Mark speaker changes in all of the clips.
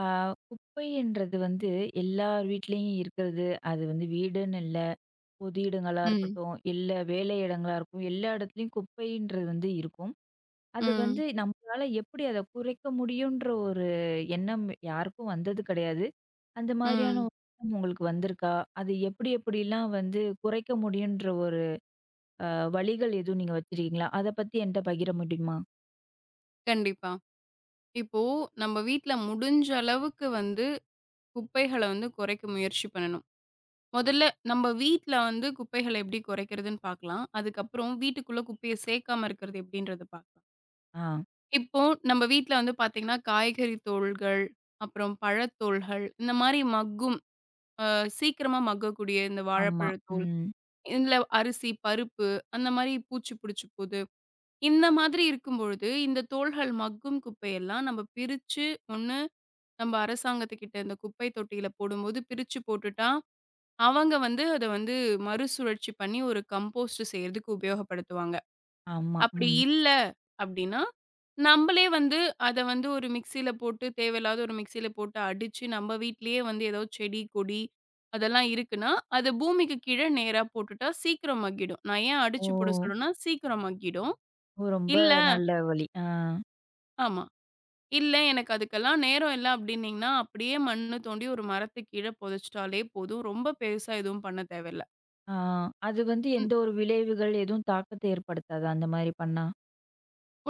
Speaker 1: ஆ, குப்பைன்றது வந்து எல்லார் வீட்லயும் இருக்கிறது. அது வந்து வீடுன்னு இல்ல, பொது இடங்களா
Speaker 2: ம்,
Speaker 1: இருக்கட்டும், இல்ல வேலை இடங்களா இருக்கும். எல்லா இடத்துலயும் குப்பைன்றது வந்து இருக்கும். அது
Speaker 2: ம்,
Speaker 1: வந்து நம்மளால எப்படி அத குறைக்க முடியுன்ற ஒரு எண்ணம் யாருக்கும் வந்தது கிடையாது. அந்த மாதிரியான
Speaker 2: ம்.
Speaker 1: ஒரு எண்ணம் உங்களுக்கு வந்திருக்கா? அது எப்படி எப்படிலாம் வந்து குறைக்க முடியுன்ற ஒரு அ வழிகள் எதுவும் நீங்க வச்சிருக்கீங்களா? அத பத்தி என்ட்ட பகிர முடியுமா?
Speaker 2: கண்டிப்பா. இப்போ நம்ம வீட்ல முடிஞ்ச அளவுக்கு வந்து குப்பைகள வந்து குறைக்க முயற்சி பண்ணணும். முதல்ல நம்ம வீட்ல வந்து குப்பைகள எப்படி குறைக்கிறதுன்னு பார்க்கலாம். அதுக்கப்புறம் வீட்டுக்குள்ள குப்பைய சேர்க்காம இருக்கிறது எப்படின்றத பார்க்கலாம்.
Speaker 1: ஆ,
Speaker 2: இப்போ நம்ம வீட்ல வந்து பார்த்தீங்கன்னா, காய்கறி தோள்கள், அப்புறம் பழத்தோள்கள் இந்த மாரி மக்கும், அ சீக்கிரமா மக்கக்கூடிய இந்த
Speaker 1: ஆமா.
Speaker 2: வாழைப்பழத்தோல்,
Speaker 1: ம்.
Speaker 2: இதுல அரிசி, பருப்பு அந்த மாரி பூச்சி பிடிச்சு போது இந்த மாதிரி இருக்கும்பொழுது, இந்த தோள்கள் மக்கும் குப்பையெல்லாம் நம்ம பிரிச்சு, ஒண்ணு நம்ம அரசாங்கத்துக்கிட்ட இந்த குப்பை தொட்டியில போடும்போது பிரிச்சு போட்டுட்டா, அவங்க வந்து அத வந்து மறுசுழற்சி பண்ணி ஒரு கம்போஸ்ட் செய்றதுக்கு உபயோகப்படுத்துவாங்க.
Speaker 1: ஆமா.
Speaker 2: அப்படி
Speaker 1: ம்.
Speaker 2: இல்ல அப்படின்னா, நம்மளே வந்து அத வந்து ஒரு மிக்ஸியில போட்டு தேவையில்லாத ஒரு மிக்ஸியில போட்டு அடிச்சு, நம்ம வீட்டிலேயே வந்து ஏதோ செடி, கொடி அதெல்லாம் இருக்குன்னா, அது பூமிக்கு கீழ நேரா போட்டுட்டா சீக்கிரம் மக்கிடும். நான் ஏன்
Speaker 1: ஓ!
Speaker 2: அடிச்சு போட சொல்றேன்னா, சீக்கிரம் மக்கிடும்.
Speaker 1: ஓ! ரொம்ப
Speaker 2: இல்ல,
Speaker 1: நல்ல வழி. ஆ.
Speaker 2: ஆமா. இல்ல எனக்கு அதுக்கெல்லாம் நேரம் இல்ல அப்டின்னீங்கன்னா, அப்படியே மண்ணு தோண்டி ஒரு மரத்துக்கு கீழ பொதச்சுட்டாலே போதும். ரொம்ப பெருசா எதுவும் பண்ண தேவையில்ல.
Speaker 1: ஆ. அது வந்து
Speaker 2: ம்.
Speaker 1: எந்த ஒரு விளைவுகள் எதுவும் தாக்கத்த ஏற்படுத்தாதா? அந்த மாரி பண்ணா?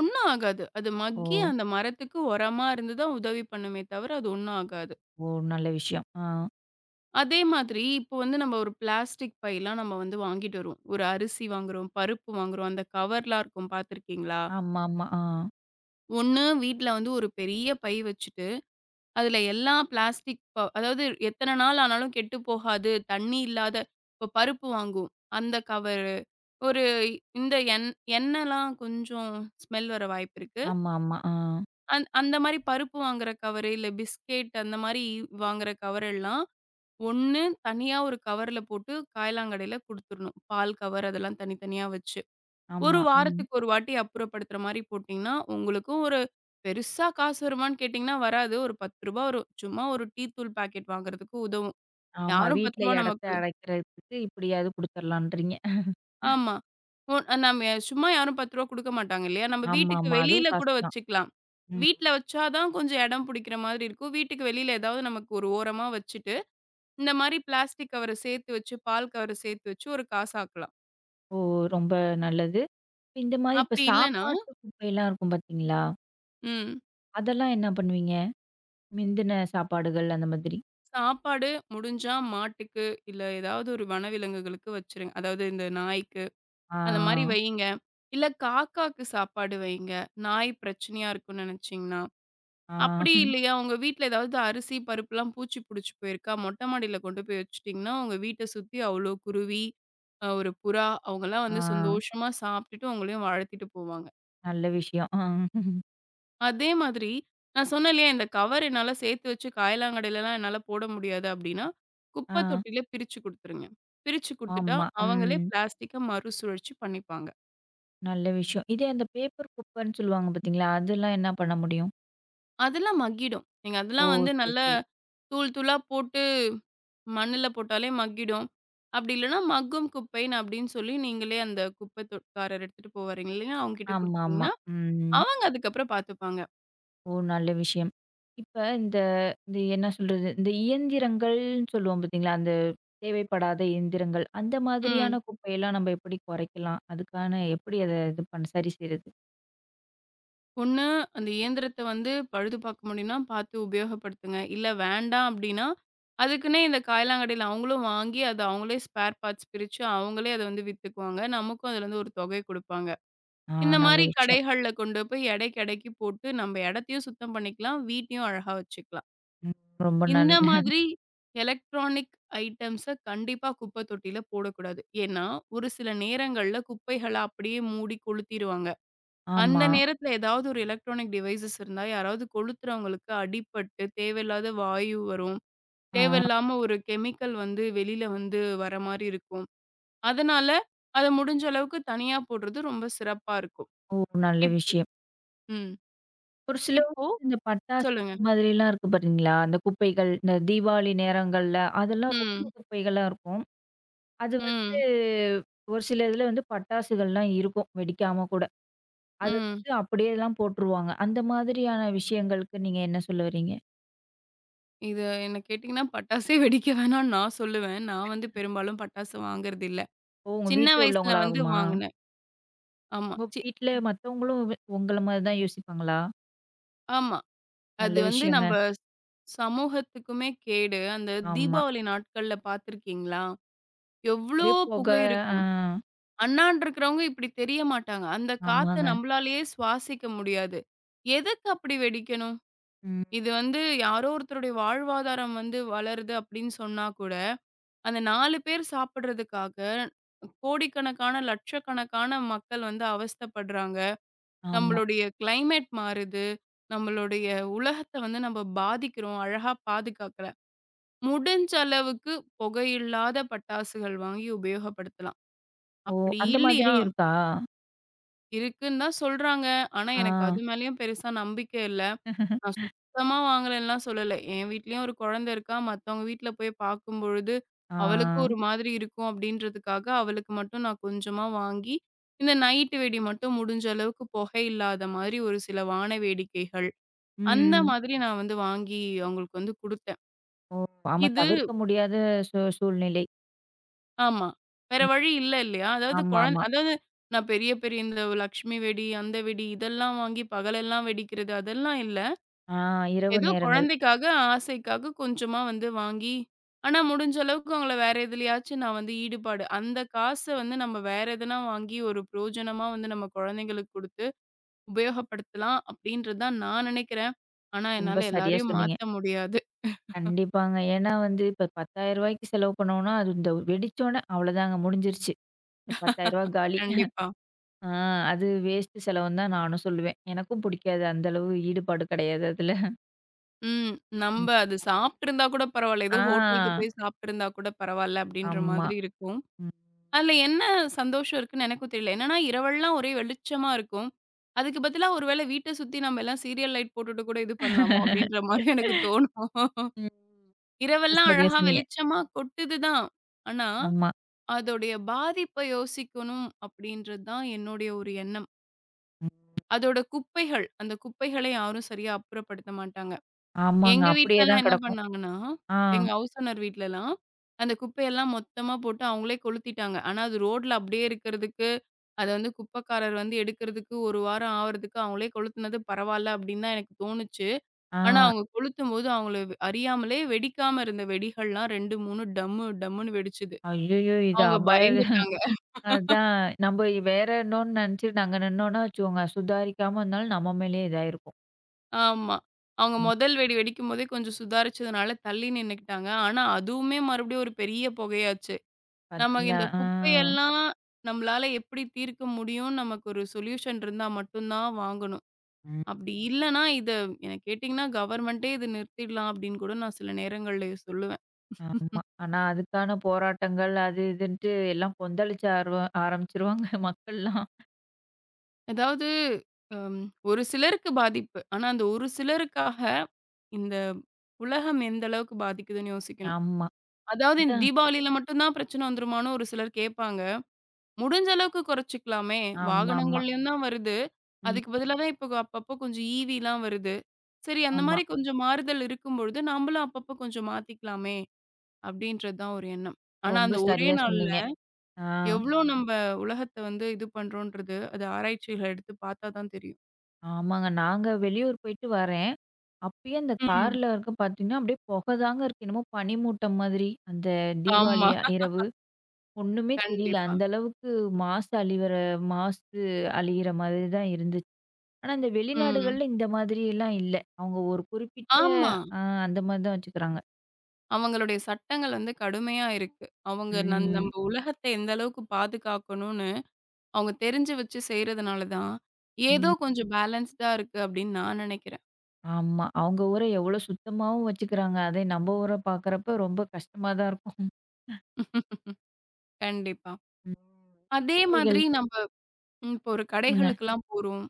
Speaker 2: ஒண்ணும் ஆகாது. அது
Speaker 1: ஓ!
Speaker 2: மக்கி அந்த மரத்துக்கு உரமா இருந்து தான் உதவி பண்ணுமே தவிர, அது ஒண்ணும் ஆகாது.
Speaker 1: ஓ! நல்ல விஷயம். ஆ.
Speaker 2: அதே மாதிரி இப்போ வந்து நம்ம ஒரு பிளாஸ்டிக் பைலாம் நம்ம வந்து வாங்கிட்டு வருவோம். ஒரு அரிசி வாங்குறோம், பருப்பு வாங்குறோம். அந்த கவர்லாம் இருக்கும் பார்த்துருக்கீங்களா?
Speaker 1: ஆமாமா. ஆ.
Speaker 2: ஒண்ணு வீட்ல வந்து ஒரு பெரிய பை வச்சுட்டு, அதுல எல்லா பிளாஸ்டிக் அதாவது எத்தன நாள் ஆனாலும் கெட்டு போகாது, தண்ணி இல்லாத. இப்போ பருப்பு வாங்குவோம். அந்த கவரு ஒரு இந்த எண்ணெய்லாம் கொஞ்சம் ஸ்மெல் வர வாய்ப்பிருக்கு.
Speaker 1: ஆமாமா. ஆ.
Speaker 2: அந்த மாரி பருப்பு வாங்குற கவரு, இல்ல பிஸ்கெட் அந்த மாரி வாங்குற கவர் எல்லாம், ஒண்ணு தனியா ஒரு கவர்ல போட்டு காயலாங்கடையில குடுத்துறணும். பால் கவர் அதெல்லாம் தனித்தனியா வச்சு. ஒரு
Speaker 1: ஆமா. ம்.
Speaker 2: வாரத்துக்கு ஒரு வாட்டி அப்புறப்படுத்துற மாரி போட்டீங்கன்னா, உங்களுக்கும் ஒரு பெருசா காசு வருமான்னு கேட்டீங்கன்னா வராது. ஒரு ரூ. 10 வரும். சும்மா ஒரு டீ தூள் பாக்கெட் வாங்குறதுக்கு உதவும்.
Speaker 1: ஆமா.
Speaker 2: யாரும் ரூ.
Speaker 1: வீட்ல
Speaker 2: 10
Speaker 1: இடத்த
Speaker 2: நமக்கு,
Speaker 1: அடைக்கிறதுக்கு இப்படியாவது குடுத்துர்லான்றீங்க.
Speaker 2: ஆமா. ஒ நம்ம சும்மா யாரும் ரூ. 10 குடுக்க மாட்டாங்க இல்லையா? நம்ம வீட்டுக்கு
Speaker 1: ஆமாமா. அதுவும்
Speaker 2: வெளியில
Speaker 1: காசு
Speaker 2: கூட
Speaker 1: தான்.
Speaker 2: வச்சுக்கலாம்.
Speaker 1: ம்.
Speaker 2: வீட்ல வச்சா தான் கொஞ்சம் இடம் புடிக்கிற மாதிரி இருக்கும். வீட்டுக்கு வெளியில ஏதாவது நமக்கு ஒரு ஓரமா வச்சுட்டு, இந்த மாரி பிளாஸ்டிக் கவர சேர்த்து வச்சு, பால் கவர சேர்த்து வச்சு ஒரு காசாக்கலாம்.
Speaker 1: ஓ! ரொம்ப நல்லது. இந்த மாரி இப்ப
Speaker 2: அப்படி இல்லன்னா
Speaker 1: சாப்பாட்டு குப்பையெல்லாம் இருக்கும் பார்த்தீங்களா?
Speaker 2: ம்.
Speaker 1: அதெல்லாம் என்ன பண்ணுவீங்க? மிந்தின சாப்பாடுகள் அந்த மாதிரி.
Speaker 2: சாப்பாடு முடிஞ்சா மாட்டுக்கு, இல்ல ஏதாவது ஒரு வனவிலங்குகளுக்கு வச்சுருங்க. அதாவது இந்த நாய்க்கு,
Speaker 1: ஆ.
Speaker 2: அந்த மாரி வையுங்க. இல்ல காக்காக்கு சாப்பாடு வையுங்க. நாய் பிரச்சனையா இருக்கும்னு நெனச்சீங்கன்னா,
Speaker 1: ஆ.
Speaker 2: அப்படி இல்லையா, உங்க வீட்ல ஏதாவது அரிசி, பருப்புலாம் பூச்சி புடிச்சு போயிருக்கா? மொட்டை மாடியில கொண்டு போய் வச்சுட்டீங்கன்னா, உங்க வீட்ட சுத்தி அவ்ளோ குருவி, ஒரு புறா அவங்கலாம்
Speaker 1: ஆ.
Speaker 2: வந்து சந்தோஷமா சாப்பிட்டுட்டு உங்களையும் வாழ்த்திட்டு போவாங்க.
Speaker 1: நல்ல விஷயம். ஆ.
Speaker 2: அதே மாதிரி நான் சொன்னேன் இல்லையா, இந்த கவர் என்னால சேர்த்து வச்சு காயலாங்கடையிலலாம் என்னால போட முடியாது அப்படின்னா, குப்பை
Speaker 1: ஆ.
Speaker 2: தொட்டியில பிரிச்சு குடுத்துருங்க. பிரிச்சு குடுத்துட்டா,
Speaker 1: ஆமா.
Speaker 2: அவங்களே
Speaker 1: ம்.
Speaker 2: பிளாஸ்டிக்க மறுசுழற்சி பண்ணிப்பாங்க.
Speaker 1: நல்ல விஷயம். இதே அந்த பேப்பர் குப்பன்னு சொல்லுவாங்க பார்த்தீங்களா? அதெல்லாம் என்ன பண்ண முடியும்?
Speaker 2: அதெல்லாம் மக்கிடும். நீங்க
Speaker 1: ஓ!
Speaker 2: அதெல்லாம் வந்து
Speaker 1: சரி,
Speaker 2: நல்லா
Speaker 1: சரி.
Speaker 2: தூள் தூளா போட்டு மண்ணுல போட்டாலே மக்கிடும். அப்படி இல்லன்னா மக்கும் குப்பைன்னு அப்படின்னு சொல்லி நீங்களே, அந்த குப்பை தொட்காரர் எடுத்துட்டு போவாரு இல்லையா? அவங்ககிட்ட
Speaker 1: ஆமாமா.
Speaker 2: குடுத்துட்டீங்கன்னா,
Speaker 1: ம்.
Speaker 2: அவங்க அதுக்கப்புறம் பார்த்துப்பாங்க.
Speaker 1: ஓ! நல்ல விஷயம். இப்ப இந்த இந்த என்ன சொல்றது? இந்த இயந்திரங்கள்ன்னு சொல்லுவோம் பார்த்தீங்களா? அந்த தேவைப்படாத இயந்திரங்கள். அந்த
Speaker 2: ம்.
Speaker 1: மாதிரியான குப்பையெல்லாம் நம்ம எப்படி குறைக்கலாம்? அதுக்கான எப்படி அத இது பண்ண சரி செய்றது?
Speaker 2: ஒண்ணு அந்த இயந்திரத்த வந்து பழுது பார்க்க முடியும்னா பார்த்து உபயோகப்படுத்துங்க. இல்ல வேண்டாம் அப்படின்னா, அதுக்குன்னே இந்த காய்லாங்கடையில அவங்களும் வாங்கி அத அவங்களே ஸ்பேர் பார்ட்ஸ் பிரிச்சு அவங்களே அத வந்து வித்துக்குவாங்க. நமக்கும் அதுலருந்து ஒரு தொகை குடுப்பாங்க.
Speaker 1: ஆ
Speaker 2: இந்த
Speaker 1: நல்ல
Speaker 2: மாரி
Speaker 1: விஷயம்.
Speaker 2: கடைகள்ல கொண்டு போய் எடைக்கு எடைக்கு போட்டு, நம்ம எடத்தையும் சுத்தம் பண்ணிக்கலாம். வீட்டையும் அழகா வச்சுக்கலாம்.
Speaker 1: ம். ரொம்ப
Speaker 2: இந்த
Speaker 1: நல்ல
Speaker 2: மாதிரி எலக்ட்ரானிக் ஐட்டம்ஸ கண்டிப்பா குப்பை தொட்டியில போடக்கூடாது. ஏன்னா, ஒரு சில நேரங்கள்ல குப்பைகள அப்படியே மூடி கொளுத்திருவாங்க. அந்த
Speaker 1: ஆமா.
Speaker 2: நேரத்துல ஏதாவது ஒரு எலக்ட்ரானிக் டிவைசஸ் இருந்தா, யாராவது கொளுத்துறவங்களுக்கு அடிபட்டு தேவையில்லாத வாயு வரும்.
Speaker 1: ஆ.
Speaker 2: தேவையில்லாம ஒரு கெமிக்கல் வந்து வெளியில வந்து வர மாரி இருக்கும். அதனால, அத முடிஞ்ச அளவுக்கு தனியா போடுறது ரொம்ப சிறப்பா இருக்கும்.
Speaker 1: ஓ! நல்ல
Speaker 2: இப்
Speaker 1: விஷயம்.
Speaker 2: ம்.
Speaker 1: ஒரு சிலவங்க
Speaker 2: இப்போ
Speaker 1: இந்த பட்டாசு
Speaker 2: சொல்லுங்க.
Speaker 1: இந்த மாதிரிலாம் இருக்கு பார்த்தீங்களா? அந்த குப்பைகள், இந்த தீபாவளி நேரங்கள்ல அதெல்லாம் ரொம்ப
Speaker 2: ம்,
Speaker 1: குப்பைகளா இருக்கும். அது வந்து
Speaker 2: ம்,
Speaker 1: ஒரு சில இதில வந்து பட்டாசுகள்லாம் இருக்கும், வெடிக்காம கூட. அது
Speaker 2: ம்.
Speaker 1: வந்து அப்படியேலாம் போட்டுருவாங்க. அந்த மாதிரியான விஷயங்களுக்கு நீங்க என்ன சொல்ல வரீங்க?
Speaker 2: இது என்ன கேட்டீங்கன்னா, பட்டாசே வெடிக்க வேணான்னு நான் சொல்லுவேன். நான் வந்து பெரும்பாலும் பட்டாசு வாங்குறதில்ல.
Speaker 1: ஓ! உங்க
Speaker 2: சின்ன
Speaker 1: வீட்ல
Speaker 2: வயசுல வந்து
Speaker 1: உள்ளவங்களாகுமா?
Speaker 2: வாங்குனேன். ஆமா.
Speaker 1: உங்க வீட்ல மத்தவங்களும் உங்கள மாரி தான் யோசிப்பாங்களா?
Speaker 2: ஆமா.
Speaker 1: நல்ல
Speaker 2: அது வந்து
Speaker 1: விஷயங்க.
Speaker 2: நம்ப சமூகத்துக்குமே கேடு. அந்த
Speaker 1: ஆமா.
Speaker 2: தீபாவளி நாட்கள்ல பார்த்துருக்கீங்களா? எவ்ளோ
Speaker 1: ஒரே புக
Speaker 2: புகை
Speaker 1: ஆ.
Speaker 2: இருக்கும். அண்ணான்டு இருக்கிறவங்க இப்டி தெரிய மாட்டாங்க. அந்த காத்த
Speaker 1: ஆமாங்க.
Speaker 2: நம்பளாலேயே சுவாசிக்க முடியாது. எதுக்கு அப்படி வெடிக்கணும்?
Speaker 1: ம்.
Speaker 2: இது வந்து யாரோ ஒருத்தருடைய வாழ்வாதாரம் வந்து வளருது அப்படின்னு சொன்னா கூட, அந்த 4 பேர் சாப்பிடுறதுக்காக கோடிக்கணக்கான, லட்சக்கணக்கான மக்கள் வந்து அவஸ்தைப்படுறாங்க.
Speaker 1: ஆமா.
Speaker 2: நம்மளுடைய கிளைமேட் மாறுது. நம்மளுடைய உலகத்த வந்து நம்ம பாதிக்கிறோம். அழகா பாதுகாக்கல. முடிஞ்ச அளவுக்கு புகையில்லாத பட்டாசுகள் வாங்கி உபயோகப்படுத்தலாம்.
Speaker 1: ஓ!
Speaker 2: அப்படி
Speaker 1: அந்த
Speaker 2: இல்லையா,
Speaker 1: மாதிரியும் இருக்கா?
Speaker 2: இருக்குன்னு தான் சொல்றாங்க. ஆனா
Speaker 1: ஆ.
Speaker 2: எனக்கு அது மேலயும் பெருசா நம்பிக்கை இல்ல. நான் சுத்தமா வாங்கலன்னுலாம் சொல்லல. என் வீட்லயும் ஒரு குழந்தை இருக்கா. மத்தவங்க வீட்ல போய் பார்க்கும்பொழுது,
Speaker 1: ஆ.
Speaker 2: அவளுக்கும் ஒரு மாதிரி இருக்கும் அப்டின்றதுக்காக, அவளுக்கு மட்டும் நான் கொஞ்சமா வாங்கி, இந்த நைட்டு வெடி மட்டும் முடிஞ்ச அளவுக்கு புகை இல்லாத மாதிரி ஒரு சில வான வேடிக்கைகள், அந்த
Speaker 1: ம்.
Speaker 2: மாதிரி நான் வந்து வாங்கி அவங்களுக்கு வந்து குடுத்தேன்.
Speaker 1: ஓ! ஆமா.
Speaker 2: இது,
Speaker 1: தவிர்க்க முடியாத சூழ்நிலை.
Speaker 2: ஆமா. வேற
Speaker 1: ம்.
Speaker 2: வழி இல்ல இல்லையா? அதாவது
Speaker 1: ஆமாமா.
Speaker 2: அதாவது நான் பெரிய பெரிய இந்த லட்சுமி வெடி, அந்த வெடி இதெல்லாம் வாங்கி பகலெல்லாம் வெடிக்கிறது அதெல்லாம் இல்ல.
Speaker 1: ஆ இரவு
Speaker 2: ஏதோ
Speaker 1: நேரங்கள்.
Speaker 2: குழந்தைக்காக, ஆசைக்காக கொஞ்சமா வந்து வாங்கி, ஆனா முடிஞ்ச அளவுக்கு அவங்கள வேற எதுலயாச்சும் நான் வந்து ஈடுபாடு, அந்த காச வந்து நம்ம வேற எதுனா வாங்கி ஒரு பிரயோஜனமா வந்து நம்ம குழந்தைங்களுக்கு குடுத்து உபயோகப்படுத்தலாம் அப்டின்றது தான் நான் நெனைக்கிறேன். ஆனா
Speaker 1: ரொம்ப
Speaker 2: என்னால
Speaker 1: சரியா
Speaker 2: எல்லாரையும்
Speaker 1: சொன்னீங்க.
Speaker 2: மாத்த முடியாது.
Speaker 1: கண்டிப்பாங்க. ஏன்னா வந்து இப்ப ரூ. 10,000 செலவு பண்ணோம்னா, அது இந்த வெடிச்சோனே அவ்வளோதாங்க முடிஞ்சிருச்சு. இந்த ரூ. 10,000 காலி.
Speaker 2: கண்டிப்பா.
Speaker 1: ஆ அது வேஸ்ட் செலவுன்னு தான் நானும் சொல்லுவேன். எனக்கும் பிடிக்காது. அந்த அளவு ஈடுபாடு கிடையாது அதுல.
Speaker 2: ம்.
Speaker 1: ம்.
Speaker 2: நம்ப அது சாப்ட்டுருந்தா கூட பரவால்ல.
Speaker 1: ஆ.
Speaker 2: ஏதோ ஹோட்டலுக்கு போய் சாப்ட்டுருந்தா கூட பரவால்ல அப்டின்ற
Speaker 1: ஆமா.
Speaker 2: மாதிரி இருக்கும்.
Speaker 1: ம்.
Speaker 2: அதுல என்ன சந்தோஷம் இருக்குன்னு எனக்கும் தெரியல. என்னன்னா, இரவெல்லாம் ஒரே வெளிச்சமா இருக்கும். அதுக்கு பதிலா ஒருவேளை வீட்ட சுத்தி நம்ம எல்லாம் சீரியல் லைட் போட்டுட்டு கூட இது பண்ணலாமோ! அப்பிடின்ற மாரி எனக்கு தோணும்.
Speaker 1: ம். ரொம்ப
Speaker 2: இரவெல்லாம்
Speaker 1: சரியா
Speaker 2: அழகா
Speaker 1: சொன்னீங்க.
Speaker 2: வெளிச்சமா கொட்டுது தான். ஆனா,
Speaker 1: ஆமா.
Speaker 2: அதோடைய பாதிப்ப யோசிக்கணும் அப்பிடின்றது தான் என்னுடைய ஒரு எண்ணம்.
Speaker 1: ம்.
Speaker 2: அதோட குப்பைகள், அந்த குப்பைகள யாரும் சரியா அப்புறப்படுத்த மாட்டாங்க.
Speaker 1: ஆமாங்க.
Speaker 2: எங்க
Speaker 1: அப்படியே
Speaker 2: வீட்லலாம்
Speaker 1: தான்
Speaker 2: என்ன
Speaker 1: கிடக்கும்.
Speaker 2: பண்ணாங்கன்னா,
Speaker 1: ஆ.
Speaker 2: எங்க ஹவுஸ் ஓனர் வீட்லலாம், அந்த குப்பையெல்லாம் மொத்தமா போட்டு அவங்களே கொளுத்திட்டாங்க. ஆனா, அது ரோட்ல அப்படியே இருக்கிறதுக்கு, அத வந்து குப்பைக்காரர் வந்து எடுக்கிறதுக்கு 1 வாரம் ஆவறதுக்கு அவங்களே கொளுத்துனது பரவால்ல அப்படின்னு தான் எனக்கு தோணுச்சு.
Speaker 1: ஆ.
Speaker 2: ஆனா, அவங்க கொளுத்தும்போது அவங்கள அறியாமலே வெடிக்காம இருந்த வெடிகள்லாம் 2, 3 டம்மு டம்முன்னு வெடிச்சுது.
Speaker 1: ஐயய்யோ! இது
Speaker 2: அவங்க பயந்துட்டாங்க.
Speaker 1: அதான். நம்ப வேற இன்னொன்னு நெனச்சு நாங்க நின்னோம்னா வச்சுக்கோங்க, சுதாரிக்காம இருந்தாலும் நம்ம மேலயே இதாயிருக்கும்.
Speaker 2: ஆமா. அவங்க
Speaker 1: ம்.
Speaker 2: முதல் வெடி வெடிக்கும்போதே கொஞ்சம் சுதாரிச்சதுனால தள்ளி நின்னுக்கிட்டாங்க. ஆனா, அதுவுமே மறுபடியும் ஒரு பெரிய புகையாச்சு. நம்ம
Speaker 1: பாத்தீங்களா?
Speaker 2: இந்த
Speaker 1: ஆ.
Speaker 2: குப்பையெல்லாம் நம்மளால எப்படி தீர்க்க முடியும்னு நமக்கு ஒரு சொல்யூஷன் இருந்தா மட்டும் தான் வாங்கணும்.
Speaker 1: ம்.
Speaker 2: அப்படி இல்லன்னா, இத என்ன கேட்டீங்கன்னா, கவர்மெண்ட்டே இத நிறுத்திடலாம் அப்படின்னு கூட நான் சில நேரங்கள்ல சொல்லுவேன்.
Speaker 1: ஆமா. ஆனா அதுக்கான போராட்டங்கள் அது இதுன்ட்டு எல்லாம் கொந்தளிச்ச ஆரம்பிச்சுருவாங்க மக்கள்லாம்.
Speaker 2: அதாவது அம் ஒரு சிலருக்கு பாதிப்பு. ஆனா அந்த ஒரு சிலருக்காக இந்த உலகம் எந்த அளவுக்கு பாதிக்குதுன்னு யோசிக்கணும்.
Speaker 1: ஆமா.
Speaker 2: அதாவது இந்த
Speaker 1: அதான்.
Speaker 2: தீபாவளியில மட்டும் தான் பிரச்சனை வந்துருமான்னு ஒரு சிலர் கேட்பாங்க. முடிஞ்ச அளவுக்கு குறைச்சுக்கலாமே!
Speaker 1: ஆமாமா.
Speaker 2: வாகனங்கள்லயும் தான் வருது.
Speaker 1: ம்.
Speaker 2: அதுக்கு பதிலா தான் இப்போ அப்பப்போ கொஞ்சம் ஈவிலாம் வருது. சரி அந்த
Speaker 1: ஆமா.
Speaker 2: மாரி கொஞ்சம் மாறுதல் இருக்கும்பொழுது, "நம்பளும் அப்பப்போ கொஞ்சம் மாத்திக்கலாமே!" அப்படின்றது தான் ஒரு எண்ணம். ஆனா
Speaker 1: ரொம்ப
Speaker 2: அந்த ஒரே
Speaker 1: சரியா
Speaker 2: நாள்ல
Speaker 1: சொன்னீங்க. ஆ.
Speaker 2: எவ்ளோ நம்ப உலகத்த வந்து இது பண்றோன்றது, அது ஆராய்ச்சிகள் எடுத்து பாத்தா தான் தெரியும்.
Speaker 1: ஆமாங்க. நாங்க வெளியூர் போயிட்டு வரேன். அப்பயே அந்த
Speaker 2: ம்.
Speaker 1: கார்ல இருக்க பாத்தீங்கன்னா, அப்படியே புகை தாங்க இருக்கு. என்னமோ பனிமூட்டம் மாதிரி. அந்த தீபாவளி
Speaker 2: ஆமா.
Speaker 1: இரவு. ஒண்ணுமே தெரியல.
Speaker 2: கண்டிப்பா.
Speaker 1: அந்த அளவுக்கு மாசு அழிவற மாசு அழியிற மாதிரி தான் இருந்துச்சு. ஆனா, இந்த
Speaker 2: ம்.
Speaker 1: வெளிநாடுகள்ல இந்த மாதிரியெல்லாம் இல்ல. அவங்க ஒரு குறிப்பிட்ட
Speaker 2: ஆமா.
Speaker 1: ஆ அந்த மாதிரி தான் வச்சுக்கிறாங்க.
Speaker 2: அவங்களுடைய சட்டங்கள் வந்து கடுமையா இருக்கு. அவங்க
Speaker 1: ம்.
Speaker 2: நம்ப உலகத்த எந்த அளவுக்கு பாதுகாக்கணும்னு அவங்க தெரிஞ்சு வச்சு செய்றதுனால தான், ஏதோ
Speaker 1: ம்.
Speaker 2: கொஞ்சம் பேலன்ஸ்டா இருக்கு அப்படின்னு நான் நெனைக்கிறேன்.
Speaker 1: ஆமா. அவங்க ஊர எவ்வளோ சுத்தமாவும் வச்சுக்கிறாங்க. அதே நம்ம ஊர பார்க்குறப்ப ரொம்ப கஷ்டமா தான் இருக்கும்.
Speaker 2: கண்டிப்பா.
Speaker 1: ம்.
Speaker 2: அதே
Speaker 1: குப்பைகள்
Speaker 2: மாதிரி நம்ப ம் இப்போ ஒரு
Speaker 1: சொல்லுங்க.
Speaker 2: கடைகளுக்கெல்லாம் போறோம்.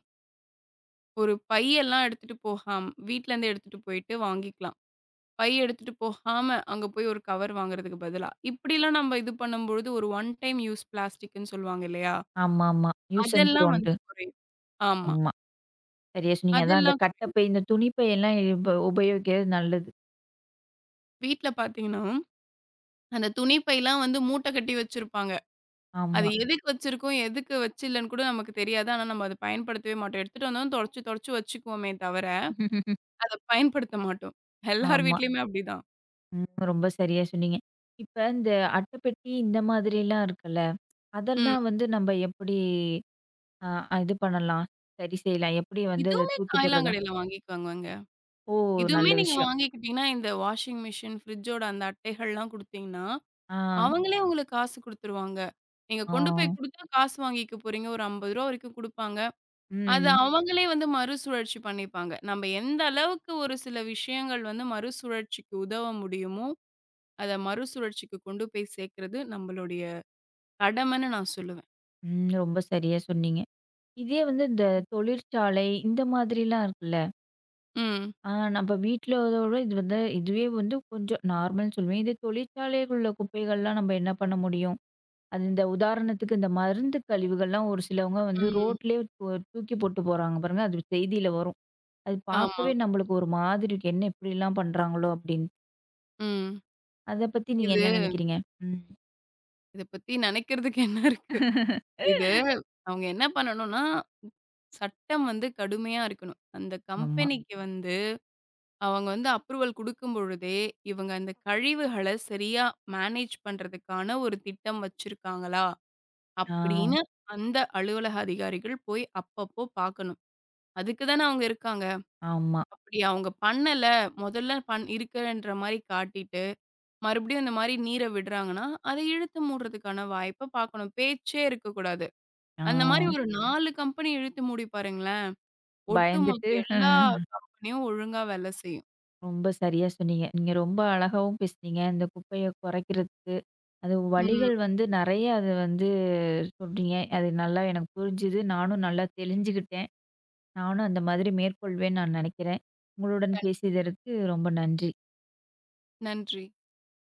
Speaker 2: ஒரு பையெல்லாம் எடுத்துட்டு போகாம வீட்லருந்து எடுத்துட்டு போயிட்டு வாங்கிக்கலாம். பை எடுத்துட்டு போகாம, அங்க போய் ஒரு கவர் வாங்குறதுக்கு பதிலா, இப்படிலாம் நம்ம இது பண்ணும்பொழுது ஒரு ஒன் டைம் யூஸ் பிளாஸ்டிக்ன்னு சொல்லுவாங்க இல்லையா?
Speaker 1: ஆமாமா. யூஸ் அண்ட்
Speaker 2: அதெல்லாம்
Speaker 1: த்ரோன்ட்டு.
Speaker 2: வந்து குறையும். ஆமா.
Speaker 1: ஆமா. சரியா சொன்னீங்க. அதான் அந்த
Speaker 2: அதெல்லாம் குறையும்.
Speaker 1: கட்டப்பை, இந்த துணிப்பை எல்லாம் இப்ப உபயோகிக்கிறது நல்லது.
Speaker 2: வீட்ல பார்த்தீங்கன்னா, அந்த துணி பைலாம் வந்து மூட்ட கட்டி வச்சிருப்பாங்க. அது
Speaker 1: ஆமா.
Speaker 2: எதுக்கு வச்சிருக்கோம், எதுக்கு வச்சில்லன்னு கூட நமக்கு தெரியாது. ஆனா நம்ம அத பயன்படுத்தவே மாட்டோம். எடுத்துட்டு வந்தோம் தொடைச்சு தொடைச்சு வச்சுக்குவோமே தவிர, அத பயன்படுத்த மாட்டோம். எல்லார்
Speaker 1: ஆமா.
Speaker 2: வீட்லயுமே அப்படிதான்.
Speaker 1: ம். ரொம்ப சரியா சொன்னீங்க. இப்ப இந்த அட்டைப்பெட்டி இந்த மாதிரிலாம் இருக்குல்ல, அதெல்லாம்
Speaker 2: ம்.
Speaker 1: வந்து நம்ப எப்படி அ இது பண்ணலாம்? சரி செய்யலாம். எப்படி வந்து அத
Speaker 2: இதுவுமே
Speaker 1: தூக்கி போடுறதா?
Speaker 2: காய்லாங்கடையில வாங்கிக்குவாங்கங்க.
Speaker 1: ஓ! நல்ல
Speaker 2: இதுவுமே நீங்க
Speaker 1: விஷயம்.
Speaker 2: வாங்கிக்கிட்டீங்கன்னா, இந்த வாஷிங் மிஷின், ஃப்ரிட்ஜோட அந்த அட்டைகள்லாம் குடுத்தீங்கன்னா,
Speaker 1: ஆ,
Speaker 2: அவங்களே உங்களுக்கு காசு குடுத்துருவாங்க. நீங்க
Speaker 1: ஆ.
Speaker 2: கொண்டு போய் குடுத்தா காசு வாங்கிக்க போறீங்க. ஒரு ரூ. 50 வரைக்கும் குடுப்பாங்க. அது
Speaker 1: ம்.
Speaker 2: அவங்களே வந்து மறுசுழற்சி பண்ணிப்பாங்க. நம்ம எந்த அளவுக்கு ஒரு சில விஷயங்கள் வந்து மறுசுழற்சிக்கு உதவ முடியுமோ, அத மறுசுழற்சிக்கு கொண்டு போய் சேர்க்கிறது நம்மளுடைய கடமைன்னு நான் சொல்லுவேன்.
Speaker 1: ம். ரொம்ப சரியா சொன்னீங்க. இதே வந்து இந்த தொழிற்சாலை இந்த மாதிரிலாம் இருக்குல்ல,
Speaker 2: ம்,
Speaker 1: அ நம்ப வீட்லதோட இது வந்து இதுவே வந்து கொஞ்சம் நார்மல்ன்னு சொல்லுவேன். இதே தொழிற்சாலைக்குள்ள குப்பைகள்லாம் நம்ப என்ன பண்ண முடியும்? அது இந்த உதாரணத்துக்கு இந்த மருந்து கழிவுகள்லாம் ஒரு சிலவங்க வந்து
Speaker 2: ம்.
Speaker 1: ரோட்லயே தூக்கி போட்டு போறாங்க பாருங்க. அது செய்தியில வரும். அது
Speaker 2: ஆமா.
Speaker 1: பார்க்கவே நம்மளுக்கு ஒரு மாதிரி இருக்கு. என்ன இப்படிலாம் பண்றாங்களோ அப்படின்னு.
Speaker 2: ம்.
Speaker 1: அத பத்தி நீங்க
Speaker 2: இது
Speaker 1: என்ன நினைக்கிறீங்க? ம்.
Speaker 2: இத பத்தி நெனைக்கிறதுக்கு என்ன இருக்கு? இது அவங்க என்ன பண்ணணும்னா, சட்டம் வந்து கடுமையா இருக்கணும். அந்த ம்.
Speaker 1: ஆமா.
Speaker 2: கம்பெனிக்கு வந்து அவங்க வந்து அப்ரூவல் குடுக்கும் பொழுதே, இவங்க அந்த கழிவுகள சரியா மேனேஜ் பண்றதுக்கான ஒரு திட்டம் வச்சிருக்காங்களா? ம்.
Speaker 1: ஆ.
Speaker 2: அப்படின்னு அந்த அலுவலக அதிகாரிகள் போய் அப்பப்போ பார்க்கணும். அதுக்கு தானே அவங்க இருக்காங்க.
Speaker 1: ஆமா.
Speaker 2: அப்படி அவங்க பண்ணல, முதல்ல இருக்குன்ற மாரி காட்டிட்டு, மறுபடியும் இந்த மாரி நீர விடுறாங்கன்னா, அத இழுத்து மூடுறதுக்கான வாய்ப்ப பார்க்கணும். பேச்சே இருக்கக்கூடாது.
Speaker 1: ஆ.
Speaker 2: அந்த மாரி ஒரு ம். 4 கம்பெனி இழுத்து மூடி பாருங்களேன். ஒட்டுமொத்த
Speaker 1: பயந்துட்டு.
Speaker 2: எல்லா
Speaker 1: ம்.
Speaker 2: கம்பெனியும் ஒழுங்கா வேலை செய்யும்.
Speaker 1: ரொம்ப சரியா சொன்னீங்க. நீங்க ரொம்ப அழகாவும் பேசுனீங்க. இந்த குப்பைய குறைக்கிறதுக்கு, அது
Speaker 2: ம்.
Speaker 1: வழிகள் வந்து நெறைய அது வந்து சொல்றீங்க. அது நல்லா எனக்கு புரிஞ்சுது. நானும் நல்லா தெளிஞ்சுகிட்டேன். நானும் அந்த மாதிரி மேற்கொள்வேன்னு நான் நினைக்கிறேன். உங்களுடன் பேசியதற்கு ரொம்ப நன்றி.
Speaker 2: நன்றி.